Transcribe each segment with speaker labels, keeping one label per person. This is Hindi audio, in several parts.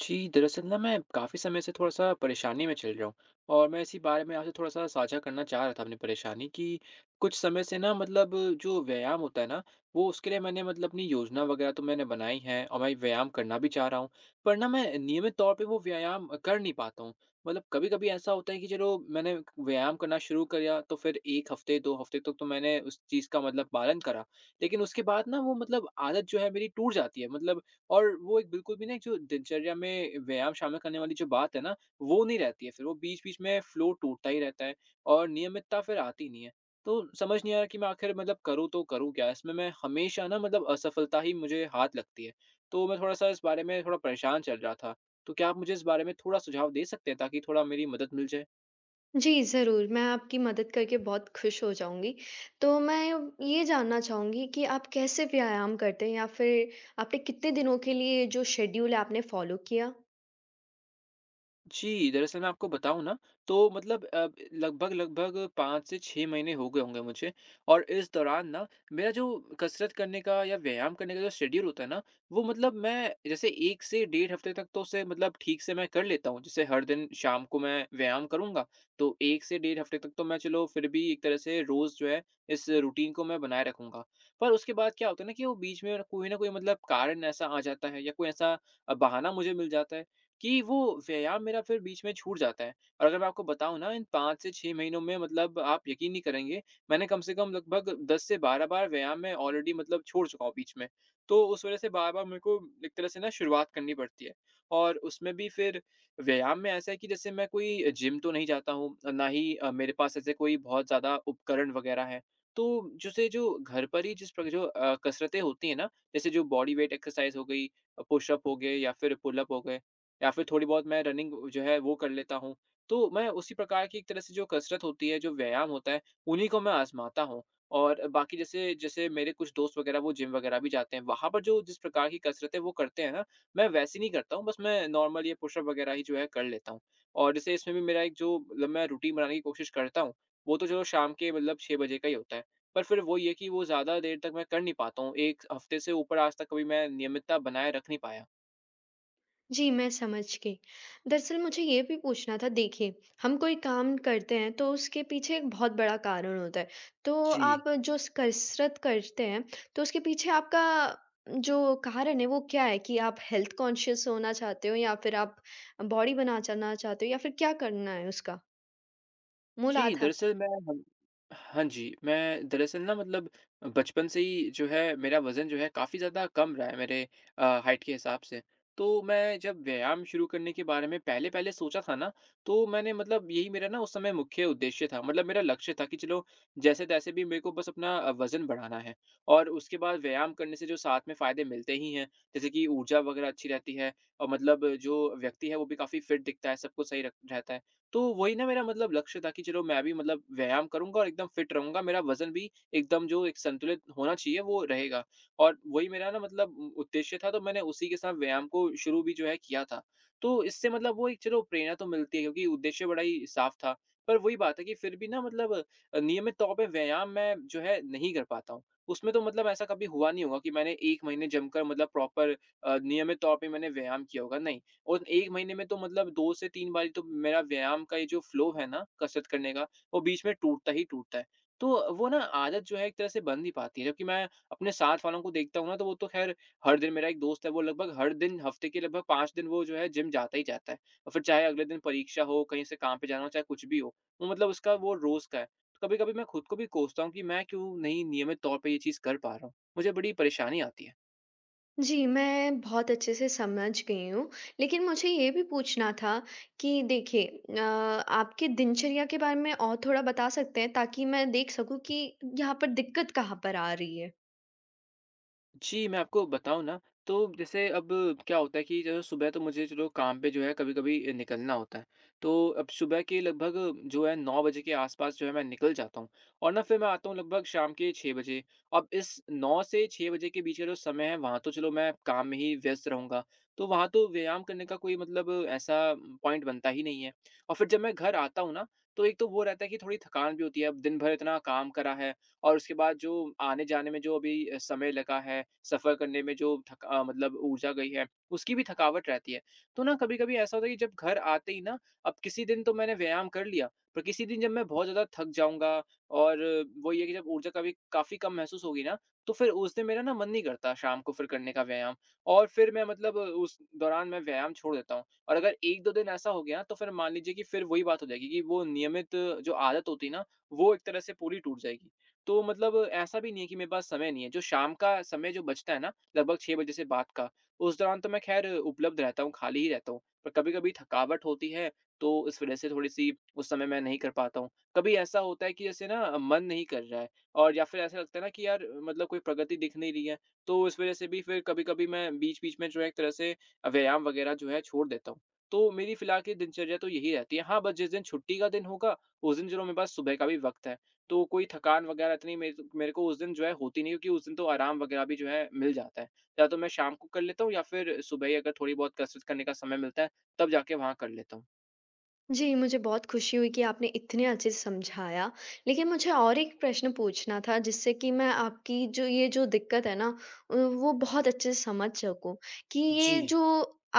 Speaker 1: जी, दरअसल ना मैं काफ़ी समय से थोड़ा-सा परेशानी में चल रहा हूँ और मैं इसी बारे में आपसे थोड़ा-सा साझा करना चाह रहा था अपनी परेशानी कि कुछ समय से ना मतलब जो व्यायाम होता है ना, वो उसके लिए मैंने मतलब अपनी योजना वगैरह तो मैंने बनाई है और मैं व्यायाम करना भी चाह रहा हूँ। पर ना मैं नियमित तौर पे वो व्यायाम कर नहीं पाता हूँ। मतलब कभी-कभी ऐसा होता है कि चलो मैंने व्यायाम करना शुरू किया तो फिर 1 हफ़्ते, 2 हफ़्ते तक तो मैंने उस चीज़ का मतलब पालन करा। लेकिन उसके बाद ना वो मतलब आदत जो है मेरी टूट जाती है। मतलब और वो एक बिल्कुल भी ना एक जो दिनचर्या में व्यायाम शामिल करने वाली जो बात है ना, वो नहीं रहती है फिर, वो बीच-बीच में फ्लो टूटता ही रहता है और नियमितता फिर आती नहीं है। तो समझ नहीं आ रहा कि मैं आखिर मतलब करूँ तो करूँ क्या? इसमें मैं हमेशा ना मतलब असफलता ही मुझे हाथ लगती है। तो मैं थोड़ा-सा इस बारे में थोड़ा परेशान चल रहा था। तो क्या आप मुझे इस बारे में थोड़ा सुझाव दे सकते हैं ताकि थोड़ा मेरी मदद मिल जाए?
Speaker 2: जी, ज़रूर, मैं आपकी मदद करके बहुत खुश हो जाऊँगी। तो मैं ये जानना चाहूँगी कि आप कैसे व्यायाम करते हैं या फिर आपने कितने दिनों के लिए जो शेड्यूल है आपने फ़ॉलो किया?
Speaker 1: जी, दरअसल मैं आपको बताऊँ ना, तो मतलब लगभग-लगभग 5 से 6 महीने हो गए होंगे मुझे और इस दौरान ना मेरा जो कसरत करने का या व्यायाम करने का जो शेड्यूल होता है ना, वो मतलब मैं जैसे 1 से डेढ़ हफ़्ते तक तो उसे मतलब ठीक से मैं कर लेता हूँ। जैसे हर दिन शाम को मैं व्यायाम करूँगा, तो 1 से डेढ़ हफ़्ते तक तो मैं चलो फिर भी एक तरह से रोज़ जो है, इस रूटीन को मैं बनाए रखूँगा। पर उसके बाद क्या होता है ना कि वो बीच में कोई ना कोई मतलब कारण ऐसा आ जाता है या कोई ऐसा बहाना मुझे मिल जाता है कि वो व्यायाम मेरा फिर बीच में छूट जाता है। और अगर मैं आपको बताऊँ ना इन 5 से 6 महीनों में मतलब आप यकीन नहीं करेंगे, मैंने कम से कम लगभग 10 से 12 बार व्यायाम मैं ऑलरेडी मतलब छोड़ चुका हूँ बीच में। तो उस वज़ह से बार-बार मेरे को एक तरह से ना शुरुआत करनी पड़ती है और उसमें भी फिर व्यायाम में ऐसा है कि जैसे मैं कोई जिम तो नहीं जाता हूँ, ना ही मेरे पास ऐसे कोई बहुत ज़्यादा उपकरण वग़ैरह हैं। तो जैसे जो घर पर ही जिस प्र जो अ, कसरतें होती हैं ना, जैसे जो बॉडी वेट एक्सरसाइज़ हो गई, पुशअप हो गए या फिर पुलअप हो गए, या फिर थोड़ी बहुत मैं रनिंग जो है वो कर लेता हूँ। तो मैं उसी प्रकार की एक तरह से जो कसरत होती है, जो व्यायाम होता है, उन्हीं को मैं आज़माता हूँ। और बाकी जैसे जैसे मेरे कुछ दोस्त वगैरह वो जिम वगैरह भी जाते हैं, वहाँ पर जो जिस प्रकार की कसरतें वो करते हैं ना, मैं वैसी नहीं करता हूँ, बस मैं नॉर्मल ये पुशअप वगैरह ही जो है कर लेता हूँ। और जैसे इसमें भी मेरा एक जो मतलब मैं रूटीन बनाने की कोशिश करता हूँ, वो तो चलो शाम के मतलब 6 बजे का ही होता है। पर फिर वो ये कि वो ज़्यादा देर तक मैं कर नहीं पाता हूँ, 1 हफ़्ते से ऊपर आज तक कभी मैं नियमितता बनाए रख नहीं पाया।
Speaker 2: जी, मैं समझ गई। दरअसल मुझे ये भी पूछना था, देखिए, हम कोई काम करते हैं तो उसके पीछे एक बहुत बड़ा कारण होता है। तो
Speaker 1: जी।
Speaker 2: आप जो स कसरत करते हैं, तो उसके पीछे आपका जो कारण है वो क्या है कि आप हेल्थ कॉन्शियस होना चाहते हो या फिर आप बॉडी बनाना चाहते हो या फिर क्या करना है उसका? मूल
Speaker 1: जी,
Speaker 2: आधार?
Speaker 1: दरअसल मैं हम हाँ जी, मैं दरअसल ना मतलब बचपन से ही जो है मेरा वज़न जो है काफ़ी ज़्यादा कम रहा है मेरे हाइट के हिसाब से। तो मैं जब व्यायाम शुरू करने के बारे में पहले-पहले सोचा था ना, तो मैंने मतलब यही मेरा ना उस समय मुख्य उद्देश्य था, मतलब मेरा लक्ष्य था कि चलो जैसे-तैसे भी मेरे को बस अपना वज़न बढ़ाना है। और उसके बाद व्यायाम करने से जो साथ में फ़ायदे मिलते ही हैं, जैसे कि ऊर्जा वगैरह अच्छी रहती है और मतलब जो व्यक्ति है वो भी काफ़ी फिट दिखता है, सब कुछ सही रख रहता है। तो वही ना मेरा मतलब लक्ष्य था कि चलो मैं भी मतलब व्यायाम करूँगा और एकदम फिट रहूँगा, मेरा वज़न भी एकदम जो एक संतुलित होना चाहिए वो रहेगा। और वही मेरा ना मतलब उ उद्देश्य था तो मैंने उसी के साथ व्यायाम को शुरू भी जो है किया था। तो इससे मतलब वो एक चलो प्रेरणा तो मिलती है क्योंकि उद्देश्य बड़ा ही साफ़ था। पर वही बात है कि फिर भी ना मतलब नियमित तौर पे व्यायाम मैं जो है नहीं कर पाता हूँ। उसमें तो मतलब ऐसा कभी हुआ नहीं होगा कि मैंने 1 महीने जमकर मतलब प्रॉपर नियमित तौर पे मैंने व्यायाम किया होगा, नहीं। और 1 महीने में तो मतलब 2 से 3 बारी तो मेरा व्यायाम का ये जो फ्लो है ना, कसरत करने का, वो बीच में टूटता ही टूटता है। तो वो ना आदत जो है एक तरह से बन नहीं पाती है, जबकि मैं अपने साथ वालों को देखता हूँ ना, तो वो तो ख़ैर हर दिन मेरा एक दोस्त है, वो लगभग हर दिन हफ़्ते के लगभग 5 दिन वो जो है जिम जाता ही जाता है। और फिर चाहे अगले दिन परीक्षा हो, कहीं से काम पे जाना हो, चाहे कुछ भी हो, वो मतलब उसका वो रोज़ का है। तो कभी-कभी मैं खुद को भी कोसता हूँ कि मैं क्यों नहीं नियमित तौर पे ये चीज़ कर पा रहा हूँ? मुझे बड़ी परेशानी आती है।
Speaker 2: जी, मैं बहुत अच्छे से समझ गई हूँ। लेकिन मुझे ये भी पूछना था कि देखिए, आपके दिनचर्या के बारे में और थोड़ा बता सकते हैं ताकि मैं देख सकूँ कि यहाँ पर दिक्कत कहाँ पर आ रही है?
Speaker 1: जी, मैं आपको बताऊँ ना, तो जैसे अब क्या होता है कि जो सुबह तो मुझे चलो काम पे जो है कभी-कभी निकलना होता है। तो अब सुबह के लगभग जो है 9 बजे के आस-पास जो है मैं निकल जाता हूँ और ना फिर मैं आता हूँ लगभग शाम के 6 बजे। अब इस 9 से 6 बजे के बीच का जो समय है वहाँ तो चलो मैं काम में ही व्यस्त रहूँगा। तो वहाँ तो व्यायाम करने का कोई मतलब ऐसा पॉइंट बनता ही नहीं है। और फिर जब मैं घर आता हूँ ना, तो एक तो वो रहता है कि थोड़ी थकान भी होती है। अब दिन भर इतना काम करा है और उसके बाद जो आने-जाने में जो अभी समय लगा है, सफ़र करने में जो मतलब ऊर्जा गई है, उसकी भी थकावट रहती है। तो ना कभी-कभी ऐसा होता है कि जब घर आते ही ना अब किसी दिन तो मैंने व्यायाम कर लिया, पर किसी दिन जब मैं बहुत ज़्यादा थक जाऊँगा और वो ये है कि जब ऊर्जा का भी काफ़ी कम महसूस होगी ना, तो फिर उस दिन मेरा ना मन नहीं करता शाम को फिर करने का व्यायाम और फिर मैं मतलब उस दौरान मैं व्यायाम छोड़ देता हूँ। और अगर 1-2 दिन ऐसा हो गया, तो फिर मान लीजिए कि फिर वही बात हो जाएगी कि वो नियमित जो आदत होती है ना, वो एक तरह से पूरी टूट जाएगी। तो मतलब ऐसा भी नहीं है कि मेरे पास समय नहीं है, जो शाम का समय जो बचता है ना, लगभग 6 बजे से बाद का, उस दौरान तो मैं ख़ैर उपलब्ध रहता हूँ, खाली ही रहता हूँ। पर कभी-कभी थकावट होती है, तो इस वज़ह से थोड़ी-सी उस समय मैं नहीं कर पाता हूँ। कभी ऐसा होता है कि जैसे ना मन नहीं कर रहा है और या फिर ऐसा लगता है ना कि यार मतलब कोई प्रगति दिख नहीं रही है, तो इस वज़ह से भी फिर कभी-कभी मैं बीच-बीच में जो है एक तरह से व्यायाम वग़ैरह जो है छोड़ देता हूँ। तो मेरी फ़िलहाल की दिनचर्या तो यही रहती है। हाँ, बस जिस दिन छुट्टी का दिन होगा, उस दिन चलो मेरे पास सुबह का भी वक़्त है। तो कोई थकान वगैरह इतनी मेरे मेरे को उस दिन जो है होती नहीं है क्योंकि उस दिन तो आराम वगैरह भी जो है मिल जाता है। या तो मैं शाम को कर लेता हूँ या फिर सुबह ही अगर थोड़ी बहुत कसरत करने का समय मिलता है, तब जाके वहाँ कर लेता हूँ।
Speaker 2: जी, मुझे बहुत खुशी हुई कि आपने इतने अच्छे से समझाया। लेकिन मुझे और एक प्रश्न पूछना था जिससे कि मैं आपकी जो ये जो दिक्कत है ना, वो बहुत अच्छे से समझ सकूँ कि
Speaker 1: जी।
Speaker 2: ये जो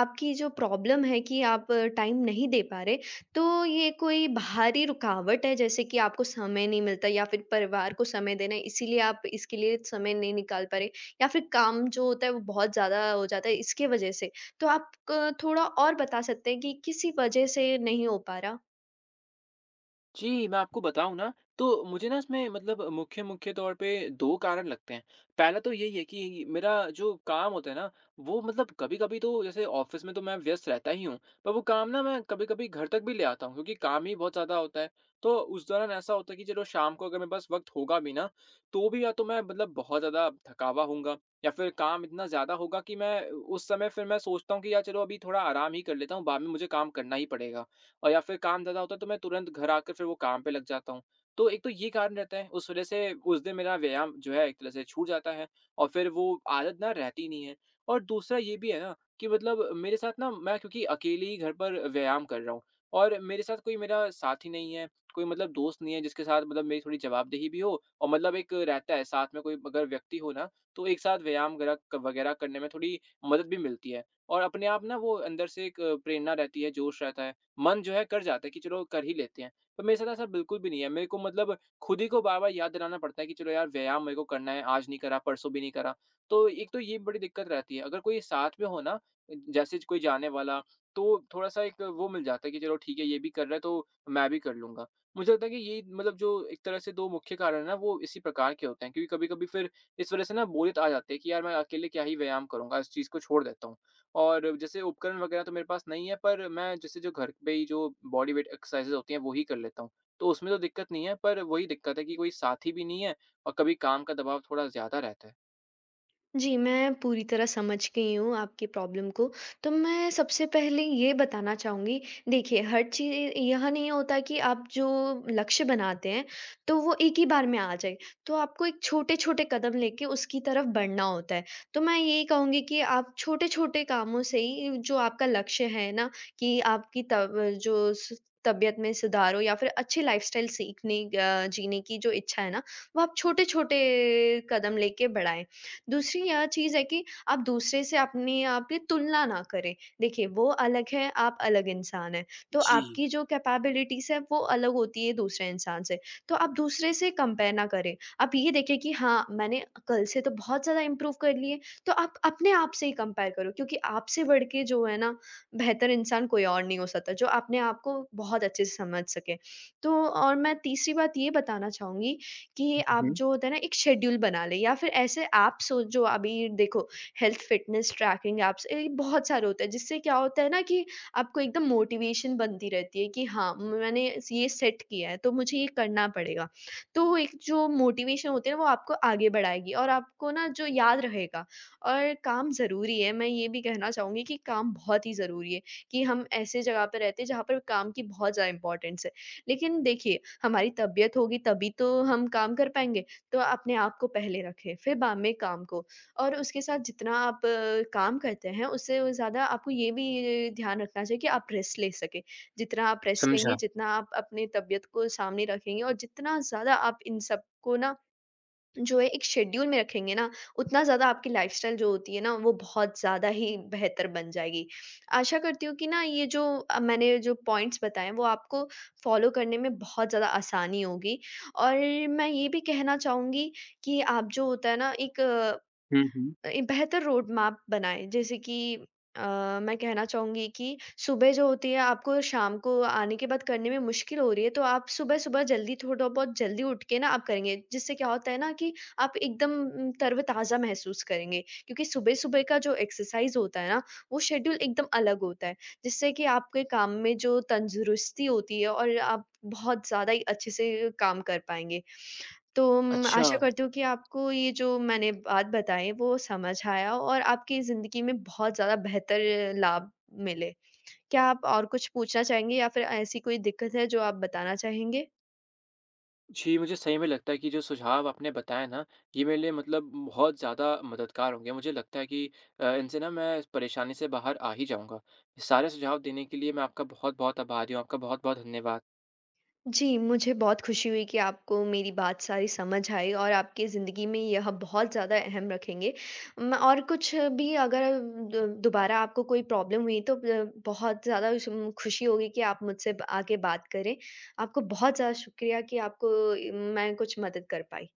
Speaker 2: आपकी जो प्रॉब्लम है कि आप टाइम नहीं दे पा रहे, तो ये कोई बाहरी रुकावट है जैसे कि आपको समय नहीं मिलता, या फिर परिवार को समय देना है इसीलिए आप इसके लिए समय नहीं निकाल पा रहे, या फिर काम जो होता है वो बहुत ज़्यादा हो जाता है इसके वज़ह से? तो आप क थोड़ा और बता सकते हैं कि किसी वजह से नहीं हो पा रहा?
Speaker 1: जी, मैं आपको बताऊँ ना, तो मुझे ना इसमें मतलब मुख्य मुख्य तौर पे 2 कारण लगते हैं। पहला तो यही है कि मेरा जो काम होता है ना, वो मतलब कभी-कभी तो जैसे ऑफ़िस में तो मैं व्यस्त रहता ही हूँ, पर वो काम ना मैं कभी-कभी घर तक भी ले आता हूँ क्योंकि काम ही बहुत ज़्यादा होता है। तो उस दौरान ऐसा होता है कि चलो शाम को अगर मेरे पास वक़्त होगा भी ना, तो भी या तो मैं मतलब बहुत ज़्यादा थका हुआ होऊँगा या फिर काम इतना ज़्यादा होगा कि मैं उस समय फिर मैं सोचता हूँ कि यार चलो अभी थोड़ा आराम ही कर लेता हूँ, बाद में मुझे काम करना ही पड़ेगा। और या फिर काम ज़्यादा होता है तो मैं तुरंत घर आकर फिर वो काम पे लग जाता हूँ। तो एक तो ये कारण रहता है, उस वज़ह से उस दिन मेरा व्यायाम जो है एक तरह से छूट जाता है और फिर वो आदत ना रहती नहीं है। और दूसरा ये भी है ना कि मतलब मेरे साथ ना मैं क्योंकि अकेले ही घर पर व्यायाम कर रहा हूँ और मेरे साथ कोई मेरा साथी नहीं है, कोई मतलब दोस्त नहीं है जिसके साथ मतलब मेरी थोड़ी जवाबदेही भी हो और मतलब एक रहता है साथ में कोई अगर व्यक्ति हो ना, तो एक साथ व्यायाम गरह वग़ैरह करने में थोड़ी मदद भी मिलती है। और अपने आप ना वो अंदर से एक प्रेरणा रहती है, जोश रहता है। मन जो है कर जाता है कि चलो कर ही लेते हैं। पर मेरे साथ ऐसा बिल्कुल भी नहीं है। मेरे को मतलब खुद ही को बार-बार याद दिलाना पड़ता है कि चलो यार व्यायाम मेरे को करना है, आज नहीं करा, परसों भी नहीं करा। तो एक तो ये बड़ी दिक्कत रहती है। अगर कोई साथ में हो ना, जैसे कोई जाने वाला, तो थोड़ा-सा एक वो मिल जाता है कि चलो ठीक है ये भी कर रहा है तो मैं भी कर लूँगा। मुझे लगता है कि ये मतलब जो एक तरह से 2 मुख्य कारण है ना वो इसी प्रकार के होते हैं क्योंकि कभी-कभी फिर इस वज़ह से ना बोरियत आ जाती है कि यार मैं अकेले क्या ही व्यायाम करूँगा, इस चीज़ को छोड़ देता हूँ। और जैसे उपकरण वगैरह तो मेरे पास नहीं है, पर मैं जैसे जो घर पे ही जो बॉडी वेट एक्सरसाइज़ेज़ होती हैं, वो ही कर लेता हूँ। तो उसमें तो दिक्कत नहीं है, पर वही दिक्कत है कि कोई साथी भी नहीं है और कभी काम का दबाव थोड़ा ज़्यादा रहता है।
Speaker 2: जी, मैं पूरी तरह समझ गई हूँ आपकी प्रॉब्लम को। तो मैं सबसे पहले ये बताना चाहूँगी, देखिए, हर चीज़ यह नहीं होता कि आप जो लक्ष्य बनाते हैं, तो वो एक ही बार में आ जाए। तो आपको एक छोटे-छोटे कदम लेके उसकी तरफ बढ़ना होता है। तो मैं यही कहूँगी कि आप छोटे-छोटे कामों से ही जो आपका लक्ष्य है ना, कि आपकी तब जो स तबीयत में सुधार हो, या फिर अच्छी लाइफ़स्टाइल सीखने जीने की जो इच्छा है ना, वो आप छोटे-छोटे कदम लेके बढ़ाएँ। दूसरी यह चीज़ है कि आप दूसरे से अपने आप की तुलना ना करें। देखिए, वो अलग है, आप अलग इंसान हैं, तो
Speaker 1: जी।
Speaker 2: आपकी जो कैपेबिलिटीज़ है वो अलग होती है दूसरे इंसान से। तो आप दूसरे से कंपेयर ना करें। आप ये देखें कि हाँ, मैंने कल से तो बहुत ज़्यादा इम्प्रूव कर ली है, तो आप अपने आप से ही कंपेयर करो, क्योंकि आपसे बढ़ के जो है ना, बेहतर इंसान कोई और नहीं हो सकता, जो अपने आप को बहुत अच्छे से समझ सके। तो और मैं तीसरी बात ये बताना चाहूँगी कि आप,
Speaker 1: हुँ,
Speaker 2: जो होता है ना, एक शेड्यूल बना लें, या फिर ऐसे ऐप्स हो जो अभी देखो, हेल्थ फिटनेस ट्रैकिंग ऐप्स, ये बहुत सारे होते हैं, जिससे क्या होता है ना कि आपको एकदम मोटिवेशन बनती रहती है कि हाँ, मैंने ये सेट किया है तो मुझे ये करना पड़ेगा। तो वो एक जो मोटिवेशन होती है ना, वो आपको आगे बढ़ाएगी और आपको ना जो याद रहेगा। और काम ज़रूरी है, मैं ये भी कहना चाहूँगी कि काम बहुत ही ज़रूरी है, कि हम ऐसे जगह पर रहते हैं जहाँ पर काम की बहुत ज़्यादा इंपॉर्टेंस है। लेकिन देखिए, हमारी तबीयत होगी तभी तो हम काम कर पाएँगे, तो अपने आप को पहले रखें, फिर बाद में काम को। और उसके साथ जितना आप काम करते हैं, उससे ज़्यादा आपको ये भी ध्यान रखना चाहिए कि आप रेस्ट ले सकें। जितना आप रेस्ट
Speaker 1: समझा।
Speaker 2: लेंगे, जितना आप अपनी तबीयत को सामने रखेंगे, और जितना ज़्यादा आप इन सबको ना जो है एक शेड्यूल में रखेंगे ना, उतना ज़्यादा आपकी लाइफ़स्टाइल जो होती है ना, वो बहुत ज़्यादा ही बेहतर बन जाएगी। आशा करती हूँ कि ना, ये जो मैंने जो पॉइंट्स बताए हैं, वो आपको फ़ॉलो करने में बहुत ज़्यादा आसानी होगी। और मैं ये भी कहना चाहूँगी कि आप, जो होता है ना, एक
Speaker 1: हुँ, हुँ।
Speaker 2: बेहतर रोड मैप बनाएँ। जैसे कि अ, मैं कहना चाहूँगी कि सुबह जो होती है, आपको शाम को आने के बाद करने में मुश्किल हो रही है, तो आप सुबह-सुबह जल्दी, थोड़ा बहुत जल्दी उठ के ना आप करेंगे। जिससे क्या होता है ना कि आप एकदम तरोताज़ा महसूस करेंगे। क्योंकि सुबह-सुबह का जो एक्सरसाइज़ होता है ना, वो शेड्यूल एकदम अलग होता है, जिससे कि आपके काम में जो तंदुरुस्ती होती है और आप बहुत ज़्यादा ही अच्छे से काम कर पाएँगे। तो म
Speaker 1: अच्छा।
Speaker 2: आशा करती हूँ कि आपको ये जो मैंने बात बताई, वो समझ आया, और आपकी ज़िंदगी में बहुत ज़्यादा बेहतर लाभ मिले। क्या आप और कुछ पूछना चाहेंगे, या फिर ऐसी कोई दिक्कत है जो आप बताना चाहेंगे?
Speaker 1: जी, मुझे सही में लगता है कि जो सुझाव आपने बताए ना, ये मेरे लिए मतलब बहुत ज़्यादा मददगार होंगे। मुझे लगता है कि इनसे ना मैं इस परेशानी से बाहर आ ही जाऊँगा। सारे सुझाव देने के लिए मैं आपका बहुत-बहुत आभारी हूँ। आपका बहुत-बहुत धन्यवाद।
Speaker 2: जी, मुझे बहुत खुशी हुई कि आपको मेरी बात सारी समझ आई, और आपकी ज़िंदगी में यह बहुत ज़्यादा अहम रखेंगे। म और कुछ भी अगर दो दोबारा आपको कोई प्रॉब्लम हुई, तो ब बहुत ज़्यादा शुम खुशी होगी कि आप मुझसे ब आके बात करें। आपको बहुत ज़्यादा शुक्रिया कि आपको मैं कुछ मदद कर पाई।